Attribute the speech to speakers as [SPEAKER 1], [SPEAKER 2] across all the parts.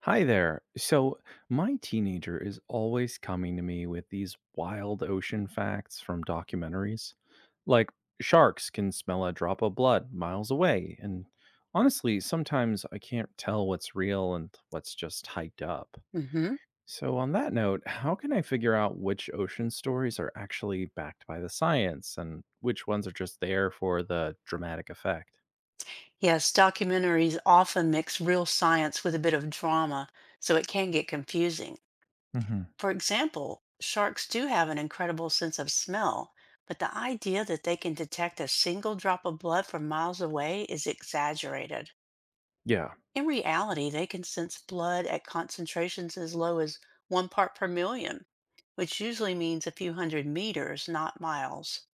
[SPEAKER 1] Hi there. So, my teenager is always coming to me with these wild ocean facts from documentaries. Like, sharks can smell a drop of blood miles away. And honestly, sometimes I can't tell what's real and what's just hyped up.
[SPEAKER 2] hmm
[SPEAKER 1] So, on that note, how can I figure out which ocean stories are actually backed by the science and which ones are just there for the dramatic effect?
[SPEAKER 2] Yes, documentaries often mix real science with a bit of drama, so it can get confusing.
[SPEAKER 1] Hmm.
[SPEAKER 2] For example, sharks do have an incredible sense of smell, but the idea that they can detect a single drop of blood from miles away is exaggerated.
[SPEAKER 1] Yeah.
[SPEAKER 2] In reality, they can sense blood at concentrations as low as one part per million, which usually means a few hundred meters, not miles.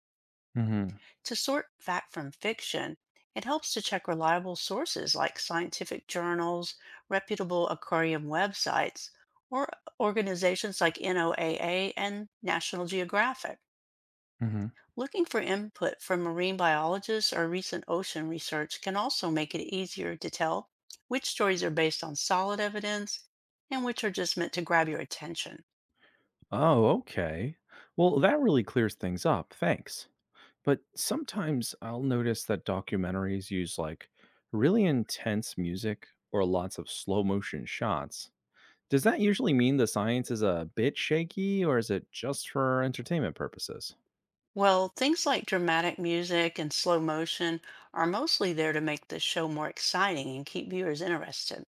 [SPEAKER 1] Hmm.
[SPEAKER 2] To sort fact from fiction, it helps to check reliable sources like scientific journals, reputable aquarium websites, or organizations like NOAA and National Geographic.
[SPEAKER 1] Hmm.
[SPEAKER 2] Looking for input from marine biologists or recent ocean research can also make it easier to tell which stories are based on solid evidence and which are just meant to grab your attention.
[SPEAKER 1] Oh, okay. Well, that really clears things up. Thanks. But sometimes I'll notice that documentaries use like really intense music or lots of slow motion shots. Does that usually mean the science is a bit shaky or is it just for entertainment purposes?
[SPEAKER 2] Well, things like dramatic music and slow motion are mostly there to make the show more exciting and keep viewers interested.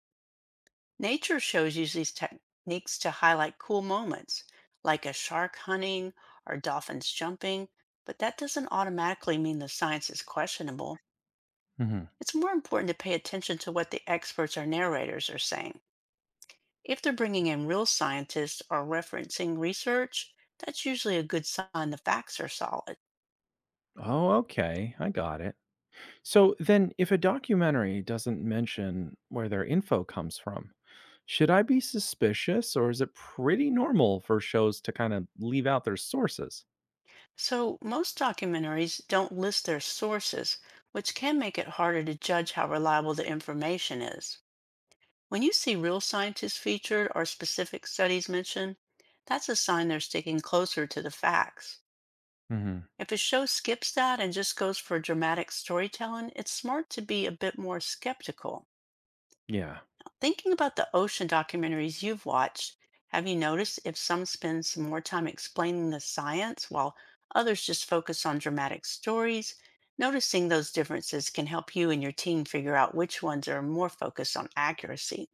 [SPEAKER 2] Nature shows use these techniques to highlight cool moments, like a shark hunting or dolphins jumping, but that doesn't automatically mean the science is questionable.
[SPEAKER 1] Hmm.
[SPEAKER 2] It's more important to pay attention to what the experts or narrators are saying. If they're bringing in real scientists or referencing research, that's usually a good sign the facts are solid.
[SPEAKER 1] Oh, okay. I got it. So then, if a documentary doesn't mention where their info comes from, should I be suspicious or is it pretty normal for shows to kind of leave out their sources?
[SPEAKER 2] So, most documentaries don't list their sources, which can make it harder to judge how reliable the information is. When you see real scientists featured or specific studies mentioned, that's a sign they're sticking closer to the facts.
[SPEAKER 1] Hmm.
[SPEAKER 2] If a show skips that and just goes for dramatic storytelling, it's smart to be a bit more skeptical.
[SPEAKER 1] Yeah.
[SPEAKER 2] Thinking about the ocean documentaries you've watched, have you noticed if some spend some more time explaining the science while others just focus on dramatic stories? Noticing those differences can help you and your team figure out which ones are more focused on accuracy.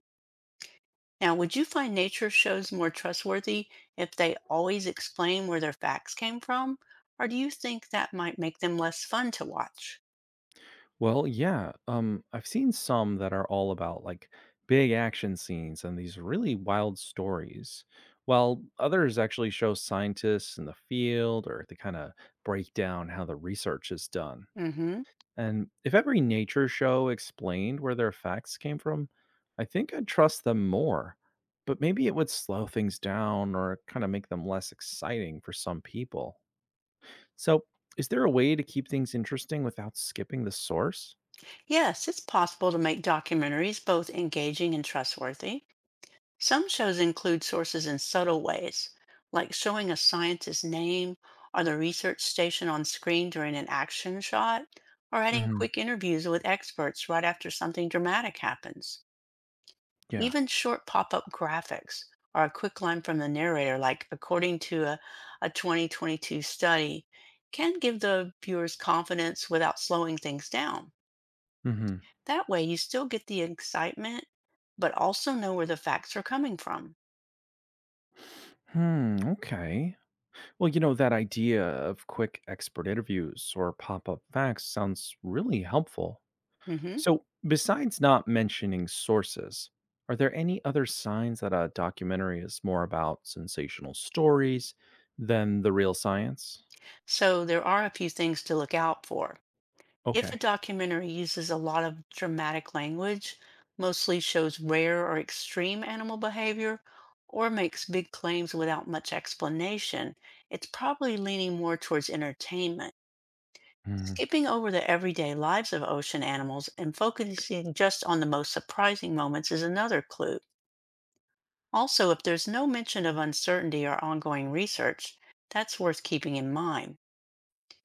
[SPEAKER 2] Now, would you find nature shows more trustworthy if they always explain where their facts came from? Or do you think that might make them less fun to watch?
[SPEAKER 1] Well, yeah. I've seen some that are all about like big action scenes and these really wild stories, while others actually show scientists in the field or they kind of break down how the research is done.
[SPEAKER 2] hmm
[SPEAKER 1] And if every nature show explained where their facts came from, I think I'd trust them more. But maybe it would slow things down or kind of make them less exciting for some people. So, is there a way to keep things interesting without skipping the source?
[SPEAKER 2] Yes, it's possible to make documentaries both engaging and trustworthy. Some shows include sources in subtle ways, like showing a scientist's name or the research station on screen during an action shot, or adding
[SPEAKER 1] Hmm.
[SPEAKER 2] quick interviews with experts right after something dramatic happens.
[SPEAKER 1] Yeah.
[SPEAKER 2] Even short pop up graphics or a quick line from the narrator, like according to a 2022 study, can give the viewers confidence without slowing things down.
[SPEAKER 1] Hmm.
[SPEAKER 2] That way, you still get the excitement, but also know where the facts are coming from.
[SPEAKER 1] Hmm. Okay. Well, that idea of quick expert interviews or pop up facts sounds really helpful.
[SPEAKER 2] hmm
[SPEAKER 1] So, besides not mentioning sources, are there any other signs that a documentary is more about sensational stories than the real science?
[SPEAKER 2] So there are a few things to look out for. If a
[SPEAKER 1] Okay.
[SPEAKER 2] documentary uses a lot of dramatic language, mostly shows rare or extreme animal behavior, or makes big claims without much explanation, it's probably leaning more towards entertainment.
[SPEAKER 1] Hmm.
[SPEAKER 2] Skipping over the everyday lives of ocean animals and focusing just on the most surprising moments is another clue. Also, if there's no mention of uncertainty or ongoing research, that's worth keeping in mind.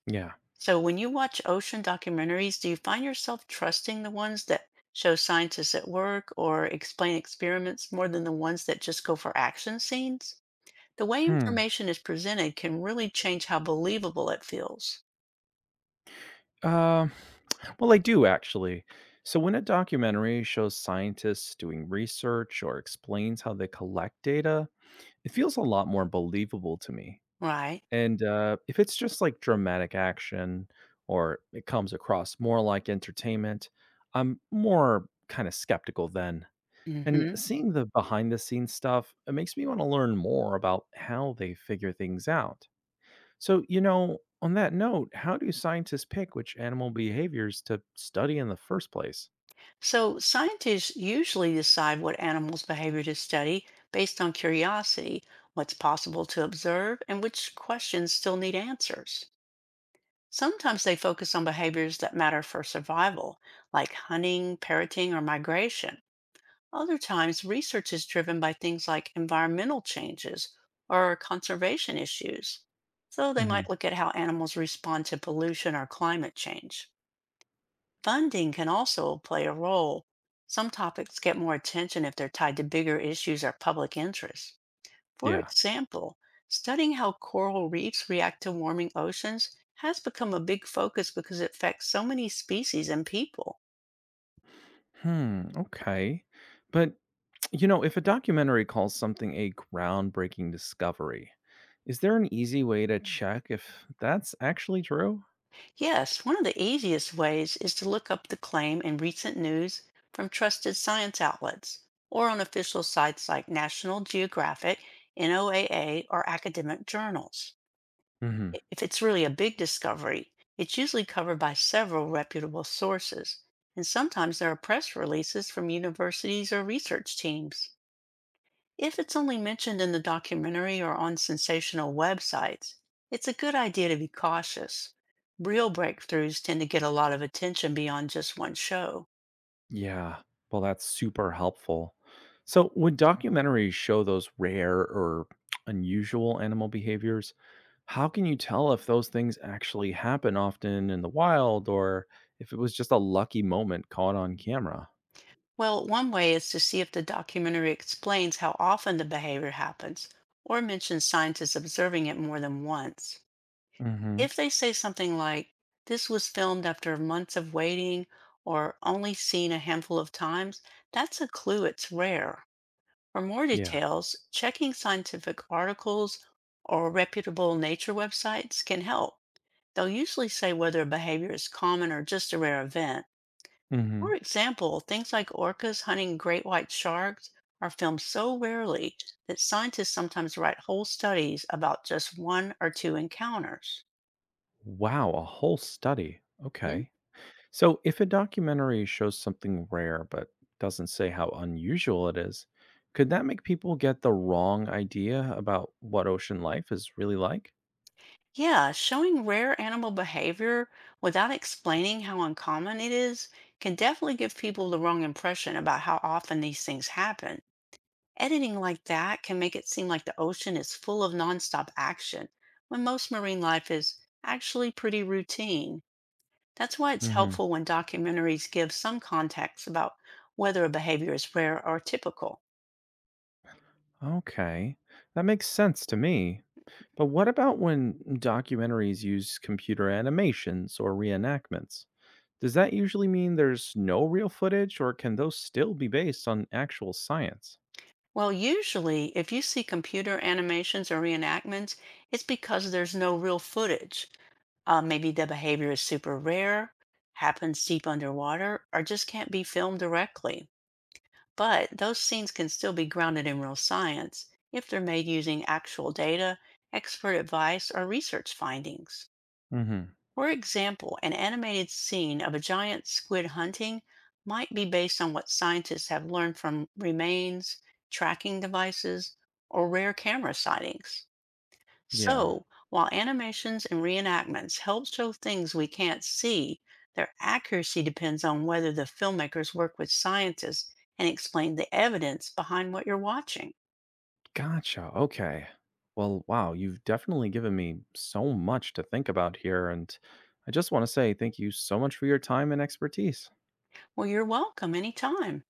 [SPEAKER 1] Yeah.
[SPEAKER 2] So, when you watch ocean documentaries, do you find yourself trusting the ones that show scientists at work or explain experiments more than the ones that just go for action scenes? The way
[SPEAKER 1] Hmm.
[SPEAKER 2] information is presented can really change how believable it feels.
[SPEAKER 1] Uh, well, I do actually. So, when a documentary shows scientists doing research or explains how they collect data, it feels a lot more believable to me.
[SPEAKER 2] Right.
[SPEAKER 1] And, if it's just, like, dramatic action or it comes across more like entertainment, I'm more kinda skeptical then. And
[SPEAKER 2] hmm
[SPEAKER 1] seeing the behind the scenes stuff, it makes me wanna learn more about how they figure things out. So, on that note, how do scientists pick which animal behaviors to study in the first place?
[SPEAKER 2] So, scientists usually decide what animals' behavior to study based on curiosity, what's possible to observe, and which questions still need answers. Sometimes they focus on behaviors that matter for survival, like hunting, parroting, or migration. Other times, research is driven by things like environmental changes or conservation issues. So they might
[SPEAKER 1] Mhm.
[SPEAKER 2] look at how animals respond to pollution or climate change. Funding can also play a role. Some topics get more attention if they're tied to bigger issues or public interest. For
[SPEAKER 1] Yeah.
[SPEAKER 2] example, studying how coral reefs react to warming oceans has become a big focus because it affects so many species and people.
[SPEAKER 1] Hmm, okay. But you know, if a documentary calls something a groundbreaking discovery, is there an easy way to check if that's actually true?
[SPEAKER 2] Yes, one of the easiest ways is to look up the claim in recent news from trusted science outlets or on official sites like National Geographic, NOAA, or academic journals.
[SPEAKER 1] Hmm.
[SPEAKER 2] If it's really a big discovery, it's usually covered by several reputable sources, and sometimes there are press releases from universities or research teams. If it's only mentioned in the documentary or on sensational websites, it's a good idea to be cautious. Real breakthroughs tend to get a lot of attention beyond just one show.
[SPEAKER 1] Yeah. Well, that's super helpful. So, would documentaries show those rare or unusual animal behaviors, how can you tell if those things actually happen often in the wild or if it was just a lucky moment caught on camera?
[SPEAKER 2] Well, one way is to see if the documentary explains how often the behavior happens or mentions scientists observing it more than once.
[SPEAKER 1] Hmm.
[SPEAKER 2] If they say something like, this was filmed after months of waiting or only seen a handful of times, that's a clue it's rare. For more
[SPEAKER 1] Yeah.
[SPEAKER 2] details, checking scientific articles or reputable nature websites can help. They'll usually say whether a behavior is common or just a rare event. For
[SPEAKER 1] Hmm.
[SPEAKER 2] example, things like orcas hunting great white sharks are filmed so rarely that scientists sometimes write whole studies about just one or two encounters.
[SPEAKER 1] Wow, a whole study.
[SPEAKER 2] Hmm.
[SPEAKER 1] Okay. So, if a documentary shows something rare but doesn't say how unusual it is, could that make people get the wrong idea about what ocean life is really like?
[SPEAKER 2] Yeah, showing rare animal behavior without explaining how uncommon it is can definitely give people the wrong impression about how often these things happen. Editing like that can make it seem like the ocean is full of nonstop action, when most marine life is actually pretty routine. That's why it's
[SPEAKER 1] Hmm.
[SPEAKER 2] helpful when documentaries give some context about whether a behavior is rare or typical.
[SPEAKER 1] Okay, that makes sense to me. But what about when documentaries use computer animations or reenactments? Does that usually mean there's no real footage, or can those still be based on actual science?
[SPEAKER 2] Well, usually, if you see computer animations or reenactments, it's because there's no real footage. Maybe the behavior is super rare, happens deep underwater, or just can't be filmed directly. But those scenes can still be grounded in real science if they're made using actual data, expert advice, or research findings.
[SPEAKER 1] Mm-hmm.
[SPEAKER 2] For example, an animated scene of a giant squid hunting might be based on what scientists have learned from remains, tracking devices, or rare camera sightings.
[SPEAKER 1] Yeah.
[SPEAKER 2] So, while animations and reenactments help show things we can't see, their accuracy depends on whether the filmmakers work with scientists and explain the evidence behind what you're watching.
[SPEAKER 1] Gotcha. Okay. Well, wow, you've definitely given me so much to think about here. And I just want to say thank you so much for your time and expertise.
[SPEAKER 2] Well, you're welcome anytime.